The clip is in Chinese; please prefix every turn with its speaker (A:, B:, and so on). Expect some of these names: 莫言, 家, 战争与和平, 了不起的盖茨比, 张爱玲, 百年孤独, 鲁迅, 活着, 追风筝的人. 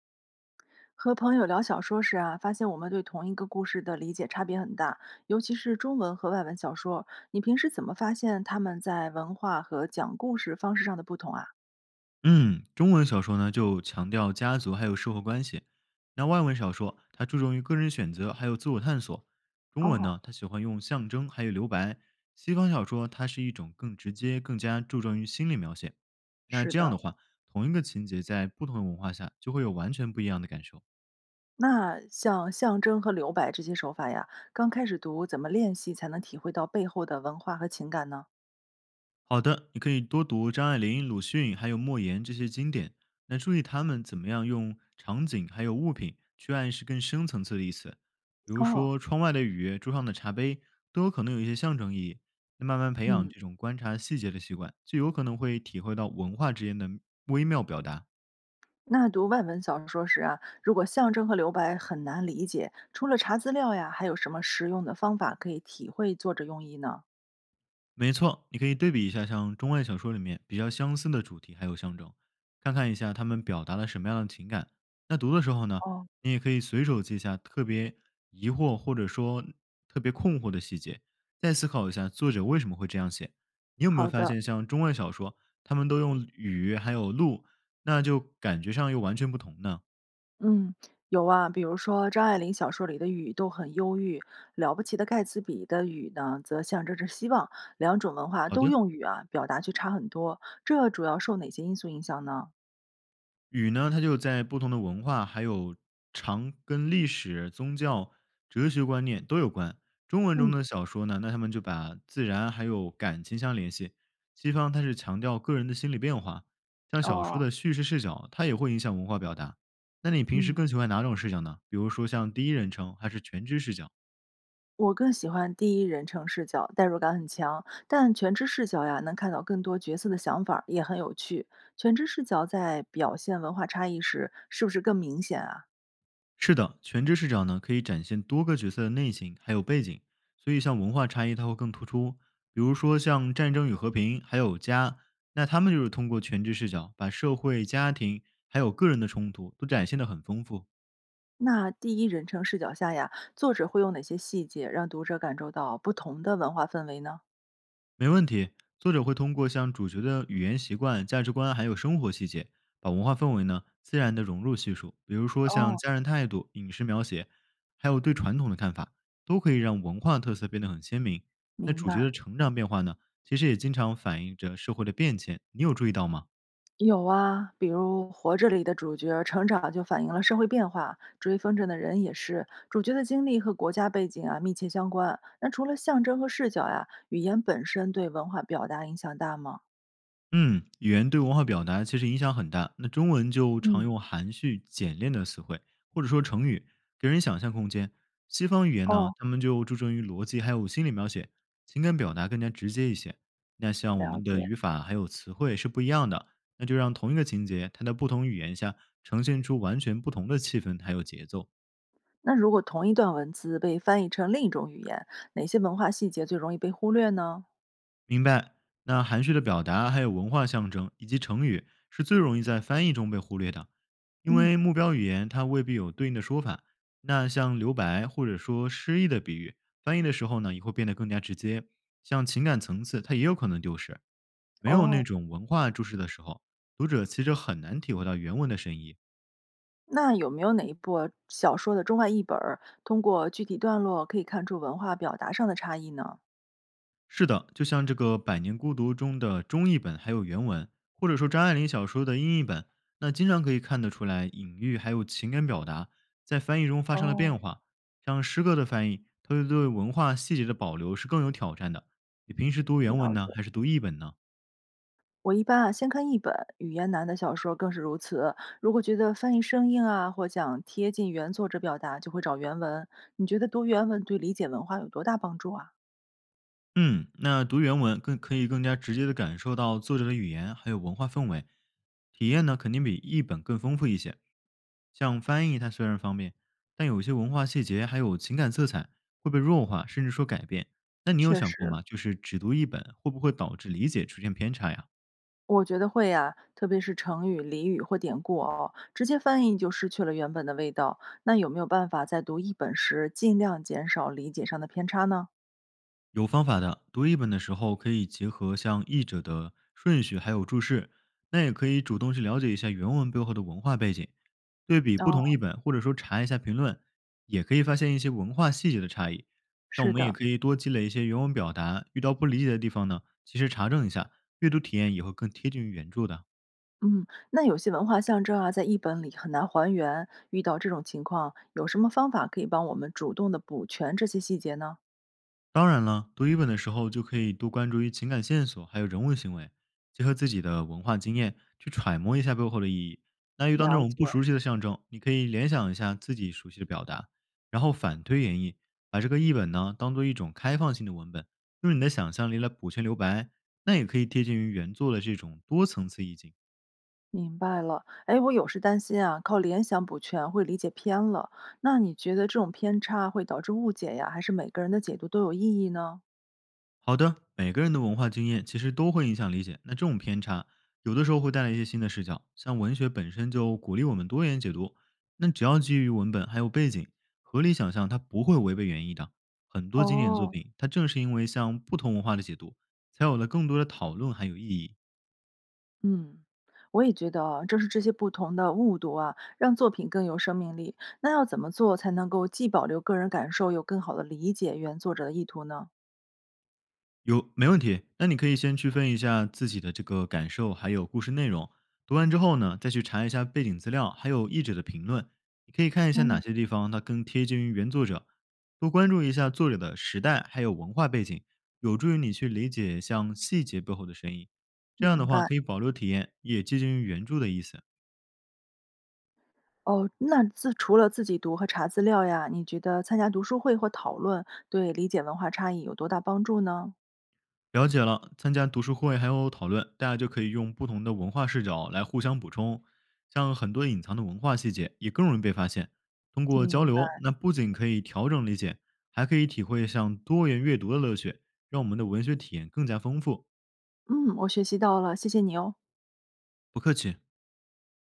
A: 和朋友聊小说时啊，发现我们对同一个故事的理解差别很大，尤其是中文和外文小说。你平时怎么发现他们在文化和讲故事方式上的不同啊？
B: 嗯，中文小说呢就强调家族还有社会关系，那外文小说它注重于个人选择还有自我探索。中文
A: 哦，
B: 呢，它喜欢用象征还有留白；西方小说它是一种更直接、更加注重于心理描写。那
A: 是
B: 这样的
A: 的。
B: 话，同一个情节在不同的文化下就会有完全不一样的感受。
A: 那像象征和留白这些手法呀，刚开始读怎么练习才能体会到背后的文化和情感呢？
B: 好的，你可以多读张爱玲、鲁迅还有莫言这些经典，那注意他们怎么样用场景还有物品去暗示更深层次的意思。比如
A: 哦，
B: 说，窗外的雨、桌上的茶杯都有可能有一些象征意义。那慢慢培养
A: 嗯，
B: 这种观察细节的习惯，就有可能会体会到文化之间的微妙表达。
A: 那读外文小说时啊，如果象征和留白很难理解，除了查资料呀，还有什么实用的方法可以体会作者用意呢？
B: 没错，你可以对比一下像中外小说里面比较相似的主题还有象征，看看一下他们表达了什么样的情感。那读的时候呢，
A: 哦，
B: 你也可以随手记下特别疑惑或者说特别困惑的细节，再思考一下作者为什么会这样写。你有没有
A: 好
B: 发
A: 的。
B: 现，像中外小说，他们都用雨还有露，那就感觉上又完全不同呢？
A: 嗯，有啊，比如说张爱玲小说里的雨都很忧郁，《了不起的盖茨比》的雨呢，则象征着希望。两种文化
B: 好
A: 都
B: 的，
A: 用雨啊，表达却差很多。这主要受哪些因素影响呢？
B: 雨呢，它就在不同的文化，还有常跟历史、宗教、哲学观念都有关。中文中
A: 嗯，
B: 的小说呢，那他们就把自然还有感情相联系。西方它是强调个人的心理变化，像小说
A: 哦，
B: 的叙事视角，它也会影响文化表达。那你平时
A: 嗯，
B: 更喜欢哪种视角呢？比如说像第一人称还是全知视角？
A: 我更喜欢第一人称视角，代入感很强。但全知视角呀，能看到更多角色的想法儿也很有趣。全知视角在表现文化差异时，是不是更明显啊？
B: 是的，全知视角呢可以展现多个角色的内心还有背景，所以像文化差异它会更突出。比如说像《战争与和平》还有《家》，那他们就是通过全知视角把社会、家庭还有个人的冲突都展现得很丰富。
A: 那第一人称视角下呀，作者会用哪些细节让读者感受到不同的文化氛围呢？
B: 没问题，作者会通过像主角的语言习惯、价值观，还有生活细节，把文化氛围呢自然的融入叙述。比如说像
A: 哦，
B: 家人态度、饮食描写，还有对传统的看法，都可以让文化特色变得很鲜明。那
A: 明
B: 主
A: 白。
B: 角的成长变化呢，其实也经常反映着社会的变迁。你有注意到吗？
A: 有啊，比如《活着》里的主角成长就反映了社会变化，《追风筝的人》也是，主角的经历和国家背景啊密切相关。那除了象征和视角呀、语言本身对文化表达影响大吗？
B: 嗯，语言对文化表达其实影响很大。那中文就常
A: 嗯，
B: 用含蓄、简练的词汇，或者说成语，给人想象空间。西方语言呢，
A: 哦，
B: 他们就注重于逻辑，还有心理描写，情感表达更加直接一些。那像我
A: 了
B: 们的
A: 解。
B: 语法还有词汇是不一样的，那就让同一个情节，它在不同语言下呈现出完全不同的气氛还有节奏。
A: 那如果同一段文字被翻译成另一种语言，哪些文化细节最容易被忽略呢？
B: 明白。那含蓄的表达，还有文化象征以及成语，是最容易在翻译中被忽略的，因为
A: 嗯，
B: 目标语言它未必有对应的说法。那像留白或者说诗意的比喻，翻译的时候呢，也会变得更加直接。像情感层次，它也有可能丢失。没有那
A: 哦，
B: 种文化注释的时候，读者其实很难体会到原文的深意。
A: 那有没有哪一部小说的中外译本儿，通过具体段落可以看出文化表达上的差异呢？
B: 是的，就像这个《百年孤独》中的中译本还有原文，或者说张爱玲小说的英译本，那经常可以看得出来，隐喻还有情感表达在翻译中发生了
A: 哦，
B: 变化。像诗歌的翻译，它对文化细节的保留是更有挑战的。你平时读原文
A: 了
B: 呢，
A: 解。
B: 还是读译本呢？
A: 我一般啊，先看译本，语言难的小说更是如此。如果觉得翻译生硬啊，或想贴近原作者表达，就会找原文。你觉得读原文对理解文化有多大帮助啊？
B: 嗯，那读原文更可以更加直接的感受到作者的语言还有文化氛围，体验呢肯定比译本更丰富一些。像翻译它虽然方便，但有些文化细节还有情感色彩会被弱化，甚至说改变。那你有
A: 确
B: 想过
A: 实，
B: 吗？就是只读译本会不会导致理解出现偏差呀？
A: 我觉得会呀、特别是成语、俚语或典故哦，直接翻译就失去了原本的味道。那有没有办法在读译本时尽量减少理解上的偏差呢？
B: 有方法的，读译本的时候可以结合像译者的顺序还有注释，那也可以主动去了解一下原文背后的文化背景，对比不同译
A: 哦。
B: 本，或者说查一下评论，也可以发现一些文化细节的差异。像我
A: 是
B: 们也
A: 的，
B: 可以多积累一些原文表达，遇到不理解的地方呢，及时查证一下，阅读体验也会更贴近于原著的。
A: 嗯，那有些文化象征啊，在译本里很难还原。遇到这种情况，有什么方法可以帮我们主动的补全这些细节呢？
B: 当然了，读译本的时候就可以多关注于情感线索，还有人物行为，结合自己的文化经验去揣摩一下背后的意义。那遇到那
A: 了
B: 种不
A: 解，
B: 熟悉的象征，你可以联想一下自己熟悉的表达，然后反推演绎，把这个译本呢当做一种开放性的文本，用你的想象力来补全留白。那也可以贴近于原作的这种多层次意境。
A: 明白了。哎，我有时担心啊，靠联想补全会理解偏了。那你觉得这种偏差会导致误解呀，还是每个人的解读都有意义呢？
B: 好的，每个人的文化经验其实都会影响理解。那这种偏差，有的时候会带来一些新的视角。像文学本身就鼓励我们多元解读，那只要基于文本还有背景，合理想象它不会违背原意的。很多经典作
A: 哦，
B: 品，它正是因为像不同文化的解读，才有了更多的讨论还有意义。
A: 嗯，我也觉得啊，正是这些不同的误读啊，让作品更有生命力。那要怎么做才能够既保留个人感受，又更好的理解原作者的意图呢？
B: 有，没问题。那你可以先区分一下自己的这个感受，还有故事内容。读完之后呢，再去查一下背景资料，还有译者的评论。你可以看一下哪
A: 哦，
B: 些地方它更贴近于原作者，多关注一下作者的时代还有文化背景，有助于你去理解像细节背后的深意。这样的
A: 明
B: 话，
A: 白。
B: 可以保留体验，也接近于原著的意思。
A: 哦，那自除了自己读和查资料呀，你觉得参加读书会或讨论对理解文化差异有多大帮助呢？
B: 了解了，参加读书会还有讨论，大家就可以用不同的文化视角来互相补充，像很多隐藏的文化细节也更容易被发现。通过交
A: 明白，
B: 流，那不仅可以调整理解，还可以体会像多元阅读的乐趣，让我们的文学体验更加丰富。
A: 嗯，我学习到了，谢谢你哦。
B: 不客气。